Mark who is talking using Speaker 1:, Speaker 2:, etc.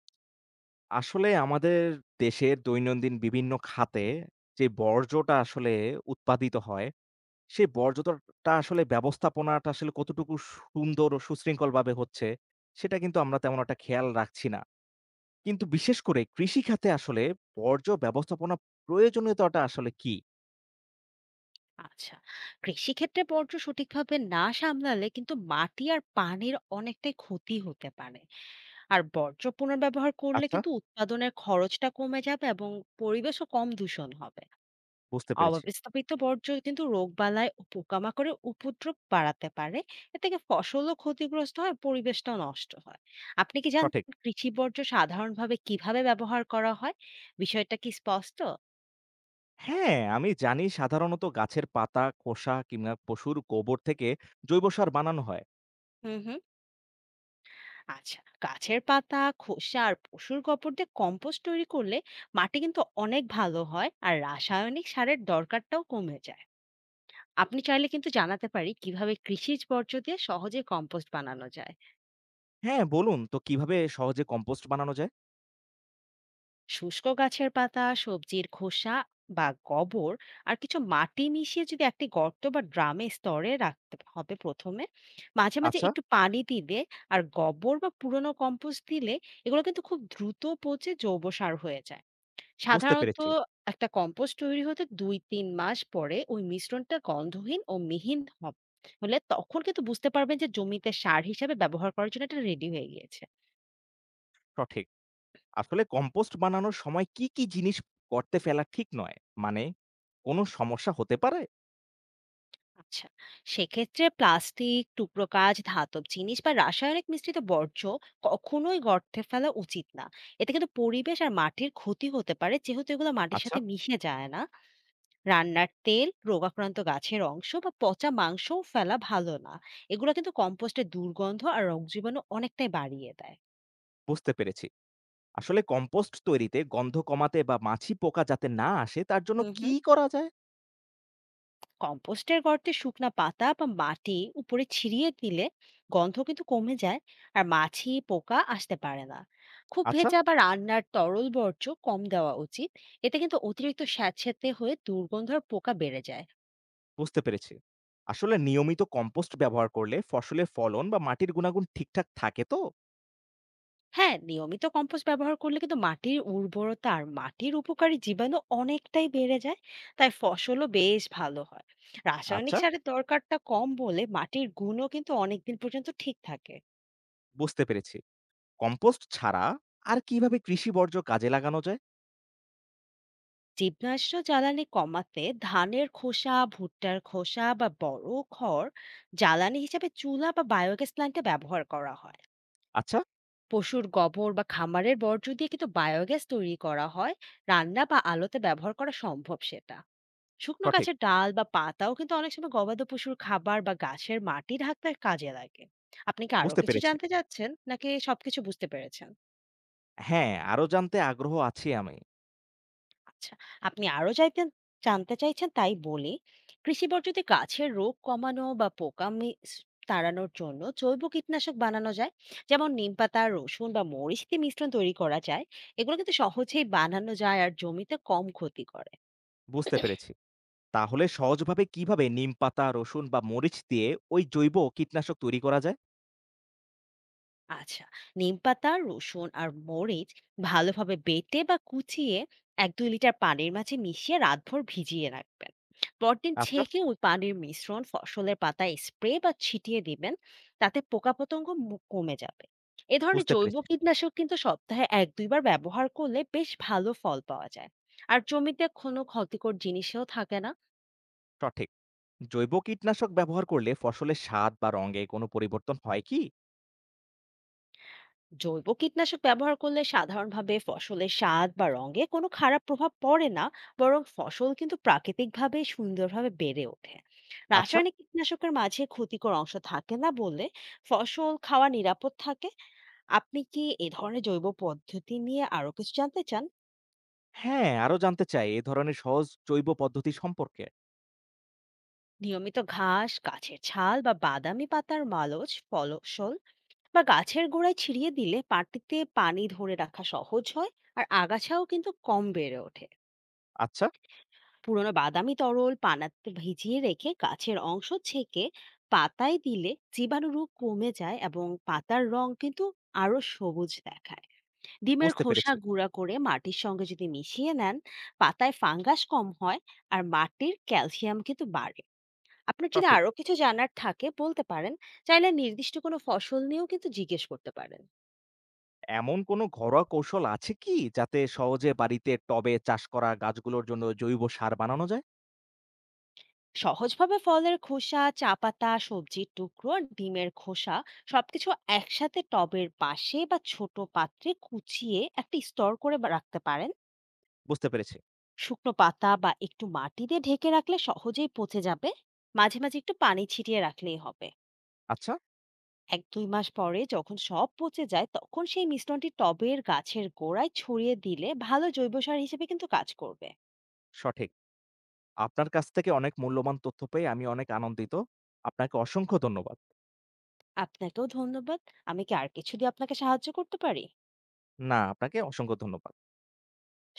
Speaker 1: আসলে আমাদের দেশের দৈনন্দিন বিভিন্ন খাতে যে বর্জ্যটা আসলে উৎপাদিত হয়, সেই বর্জ্যটা আসলে ব্যবস্থাপনাটা আসলে কতটুকু সুন্দর ও সুশৃঙ্খলভাবে হচ্ছে, সেটা কিন্তু আমরা তেমন একটা খেয়াল রাখছি না। কিন্তু বিশেষ করে কৃষি খাতে আসলে বর্জ্য ব্যবস্থাপনা প্রয়োজনীয়তাটা আসলে কি?
Speaker 2: আচ্ছা, কৃষিক্ষেত্রে বর্জ্য সঠিকভাবে না সামলালে কিন্তু মাটি আর পানির অনেকটাই ক্ষতি হতে পারে। আর বর্জ্য পুনর্ব্যবহার করলে
Speaker 1: আচ্ছা,
Speaker 2: কিন্তু উৎপাদনের খরচটা কমে যাবে এবং পরিবেশও কম দূষণ হবে।
Speaker 1: বুঝতে পেরেছি।
Speaker 2: অব্যবস্থাপিত বর্জ্য কিন্তু রোগবালাই ও পোকামাকড়ের উপদ্রব বাড়াতে পারে। এ থেকে ফসলও ক্ষতিগ্রস্ত হয়, পরিবেশটাও নষ্ট হয়। আপনি কি জানতেন
Speaker 1: সঠিক।
Speaker 2: কৃষি বর্জ্য সাধারণভাবে কিভাবে ব্যবহার করা হয়? বিষয়টা কি স্পষ্ট?
Speaker 1: হ্যাঁ, আমি জানি সাধারণত গাছের পাতা, খোসা কিংবা পশুর গোবর থেকে জৈব সার বানানো হয়।
Speaker 2: হুম হুম। আচ্ছা, গাছের পাতা, খোসা আর পশুর গোবর দিয়ে কম্পোস্ট তৈরি করলে মাটি কিন্তু অনেক ভালো হয় আর রাসায়নিক সারের দরকারটাও কমে যায়। আপনি চাইলে কিন্তু জানাতে পারি কিভাবে কৃষিজ বর্জ্য দিয়ে সহজে কম্পোস্ট বানানো যায়।
Speaker 1: হ্যাঁ, বলুন তো কিভাবে সহজে কম্পোস্ট বানানো যায়?
Speaker 2: শুষ্ক গাছের পাতা, সবজির খোসা বা গোবর আর কিছু মাটি মিশিয়ে যদি একটি গর্ত বা ড্রামে স্তরে রাখতে হবে প্রথমে। মাঝে মাঝে
Speaker 1: আচ্ছা।
Speaker 2: একটু পানি দিলে আর গোবর বা পুরনো কম্পোস্ট দিলে এগুলো কিন্তু খুব দ্রুত পচে জৈব সার হয়ে যায়
Speaker 1: বুঝতে
Speaker 2: সাধারণত।
Speaker 1: পেরেছি।
Speaker 2: একটা কম্পোস্ট তৈরি হতে ২-৩ মাস পরে ওই মিশ্রণটা গন্ধহীন ও মিহিন হলে তখন কিন্তু বুঝতে পারবেন যে জমিতে সার হিসেবে ব্যবহার করার জন্য এটা রেডি হয়ে গিয়েছে।
Speaker 1: সঠিক। আসলে কম্পোস্ট বানানোর সময় কি, কি জিনিস গর্তে ফেলা ঠিক নয়? মানে কোন সমস্যা হতে পারে?
Speaker 2: আচ্ছা, সেক্ষেত্রে প্লাস্টিক টুকরো, কাজ ধাতব জিনিস বা রাসায়নিক মিশ্রিত বর্জ্য কখনোই গর্তে ফেলা উচিত না। এতে কিন্তু পরিবেশ আর মাটির ক্ষতি হতে পারে, যেহেতু এগুলো মাটির
Speaker 1: আচ্ছা,
Speaker 2: সাথে মিশে যায় না। রান্নার তেল, রোগাক্রান্ত গাছের অংশ বা পচা মাংসও ফেলা ভালো না। এগুলো কিন্তু কম্পোস্টের দুর্গন্ধ আর রোগ জীবাণু অনেকটাই বাড়িয়ে দেয়।
Speaker 1: বুঝতে পেরেছি। আসলে কম্পোস্ট তৈরিতে গন্ধ কমাতে বা মাছি, পোকা যাতে না আসে তার জন্য
Speaker 2: হুম
Speaker 1: কি
Speaker 2: হুম।
Speaker 1: করা যায়?
Speaker 2: কম্পোস্টের গর্তে শুকনা পাতা বা মাটি উপরে ছিড়িয়ে দিলে গন্ধ কিন্তু কমে যায় আর মাছি পোকা আসতে পারে না। খুব
Speaker 1: আচ্ছা,
Speaker 2: ভেজা বা রান্নার তরল বর্জ্য কম দেওয়া উচিত। এতে কিন্তু অতিরিক্ত স্যাঁতসেঁতে হয়ে দুর্গন্ধ আর পোকা বেড়ে যায়।
Speaker 1: বুঝতে পেরেছি। আসলে নিয়মিত কম্পোস্ট ব্যবহার করলে ফসলের ফলন বা মাটির গুণাগুণ ঠিকঠাক থাকে তো?
Speaker 2: হ্যাঁ, নিয়মিত কম্পোস্ট ব্যবহার করলে কিন্তু মাটির উর্বরতা আর মাটির উপকারী জীবাণু অনেকটাই বেড়ে যায়। তাই ফসলও বেশ ভালো হয়। রাসায়নিক
Speaker 1: আচ্ছা,
Speaker 2: সারের দরকারটা কম বলে মাটির গুণও কিন্তু অনেকদিন পর্যন্ত ঠিক থাকে।
Speaker 1: বুঝতে পেরেছি। কম্পোস্ট ছাড়া আর কিভাবে কৃষি বর্জ্য কাজে লাগানো যায়?
Speaker 2: জীবনাশ্ম জ্বালানি কমাতে ধানের খোসা, ভুট্টার খোসা বা বড় খড় জ্বালানি হিসেবে চুলা বা বায়োগ্যাস প্ল্যান্টে ব্যবহার করা হয়।
Speaker 1: আচ্ছা,
Speaker 2: পশুর গোবর বা খামারের বর্জ্য দিয়ে কিন্তু বায়োগ্যাস তৈরি করা হয়, রান্না বা আলোতে ব্যবহার করা সম্ভব সেটা। শুকনো
Speaker 1: সঠিক।
Speaker 2: গাছের ডাল বা পাতাও কিন্তু অনেক সময় গবাদি পশুর খাবার বা গাছের মাটি ঢাকতে কাজে লাগে। আপনি কি আরো
Speaker 1: বুঝতে
Speaker 2: কিছু
Speaker 1: পেরেছি।
Speaker 2: জানতে চাচ্ছেন নাকি সবকিছু বুঝতে পেরেছেন?
Speaker 1: হ্যাঁ, আরো জানতে আগ্রহ আছি আমি।
Speaker 2: আচ্ছা, আপনি আরো জানতে চাইছেন তাই বলি। কৃষি বর্জ্যতে গাছের রোগ কমানো বা পোকা তাড়ানোর জন্য জৈব কীটনাশক বানানো যায়। যেমন নিমপাতা, রসুন বা মরিচ দিয়ে মিশ্রণ তৈরি করা যায়। এগুলো কিন্তু সহজেই বানানো যায় আর জমিতে কম ক্ষতি করে।
Speaker 1: বুঝতে পেরেছি। তাহলে সহজভাবে কিভাবে নিমপাতা, রসুন বা মরিচ দিয়ে ওই জৈব কীটনাশক তৈরি করা যায়?
Speaker 2: আচ্ছা, নিমপাতা, রসুন আর মরিচ ভালোভাবে বেটে বা কুচিয়ে এক দুই লিটার পানির মাঝে মিশিয়ে রাতভর ভিজিয়ে রাখবেন। পরদিন
Speaker 1: আচ্ছা,
Speaker 2: ছেঁকে ওই পানির মিশ্রণ ফসলের পাতায় স্প্রে বা ছিটিয়ে দিবেন। তাতে পোকাপতঙ্গ কমে যাবে। এ ধরনের
Speaker 1: বুঝতে
Speaker 2: জৈব
Speaker 1: পেরেছি।
Speaker 2: কীটনাশক কিন্তু সপ্তাহে এক দুইবার ব্যবহার করলে বেশ ভালো ফল পাওয়া যায়। আর জমিতে কোনো ক্ষতিকর জিনিসেও থাকে না।
Speaker 1: সঠিক। জৈব কীটনাশক ব্যবহার করলে ফসলের স্বাদ বা রঙে কোনো পরিবর্তন হয় কি?
Speaker 2: জৈব কীটনাশক ব্যবহার করলে সাধারণভাবে ফসলের স্বাদ বা রঙে কোনো খারাপ প্রভাব পড়ে না। বরং ফসল কিন্তু প্রাকৃতিকভাবে সুন্দরভাবে বেড়ে ওঠে।
Speaker 1: আচ্ছা।
Speaker 2: রাসায়নিক কীটনাশকের মাঝে ক্ষতিকর অংশ থাকে না বলে ফসল খাওয়া নিরাপদ থাকে। আপনি কি এ ধরনের জৈব পদ্ধতি নিয়ে আরো কিছু জানতে চান?
Speaker 1: হ্যাঁ, আরো জানতে চাই এ ধরনের সহজ জৈব পদ্ধতি সম্পর্কে।
Speaker 2: নিয়মিত ঘাস, গাছের ছাল বা বাদামি পাতার মালচ ফসল বা গাছের গোড়ায় ছিটিয়ে দিলে মাটিতে পানি ধরে রাখা সহজ হয়, আর আগাছাও কিন্তু কম বেড়ে ওঠে।
Speaker 1: আচ্ছা,
Speaker 2: পুরোনো বাদামি তরল পানাতে ভিজিয়ে রেখে গাছের অংশ ছেঁকে পাতায় দিলে জীবাণু রোগ কমে যায় এবং পাতার রং কিন্তু আরো সবুজ দেখায়। ডিমের
Speaker 1: বুঝতে
Speaker 2: খোসা
Speaker 1: পেরেছি।
Speaker 2: গুঁড়া করে মাটির সঙ্গে যদি মিশিয়ে নেন, পাতায় ফাঙ্গাস কম হয় আর মাটির ক্যালসিয়াম কিন্তু বাড়ে। আপনার যদি
Speaker 1: সঠিক।
Speaker 2: আরো কিছু জানার থাকে বলতে পারেন। চাইলে নির্দিষ্ট কোনো ফসল নিয়েও কিন্তু জিজ্ঞেস করতে পারেন।
Speaker 1: এমন কোনো ঘরোয়া কৌশল আছে কি যাতে সহজে বাড়িতে টবে চাষ করা গাছগুলোর জন্য জৈব সার বানানো যায়?
Speaker 2: সহজভাবে ফলের খোসা, চা পাতা, সবজির টুকরো আর ডিমের খোসা সবকিছু একসাথে টবের পাশে বা ছোট পাত্রে কুচিয়ে একটা স্তর করে রাখতে পারেন।
Speaker 1: বুঝতে পেরেছি।
Speaker 2: শুকনো পাতা বা একটু মাটি দিয়ে ঢেকে রাখলে সহজেই পচে যাবে। মাঝে মাঝে একটু পানি ছিটিয়ে রাখলেই হবে।
Speaker 1: আচ্ছা,
Speaker 2: এক দুই মাস পরে যখন সব পচে যায়, তখন সেই মিশ্রণটি টবের গাছের গোড়ায় ছড়িয়ে দিলে ভালো জৈব সার হিসেবে কিন্তু কাজ করবে।
Speaker 1: সঠিক। আপনার কাছ থেকে অনেক মূল্যবান তথ্য পেয়ে আমি অনেক আনন্দিত। আপনাকে অসংখ্য ধন্যবাদ।
Speaker 2: আপনাকেও ধন্যবাদ। আমি কি আর কিছু দিয়ে আপনাকে সাহায্য করতে পারি?
Speaker 1: না, আপনাকে অসংখ্য ধন্যবাদ।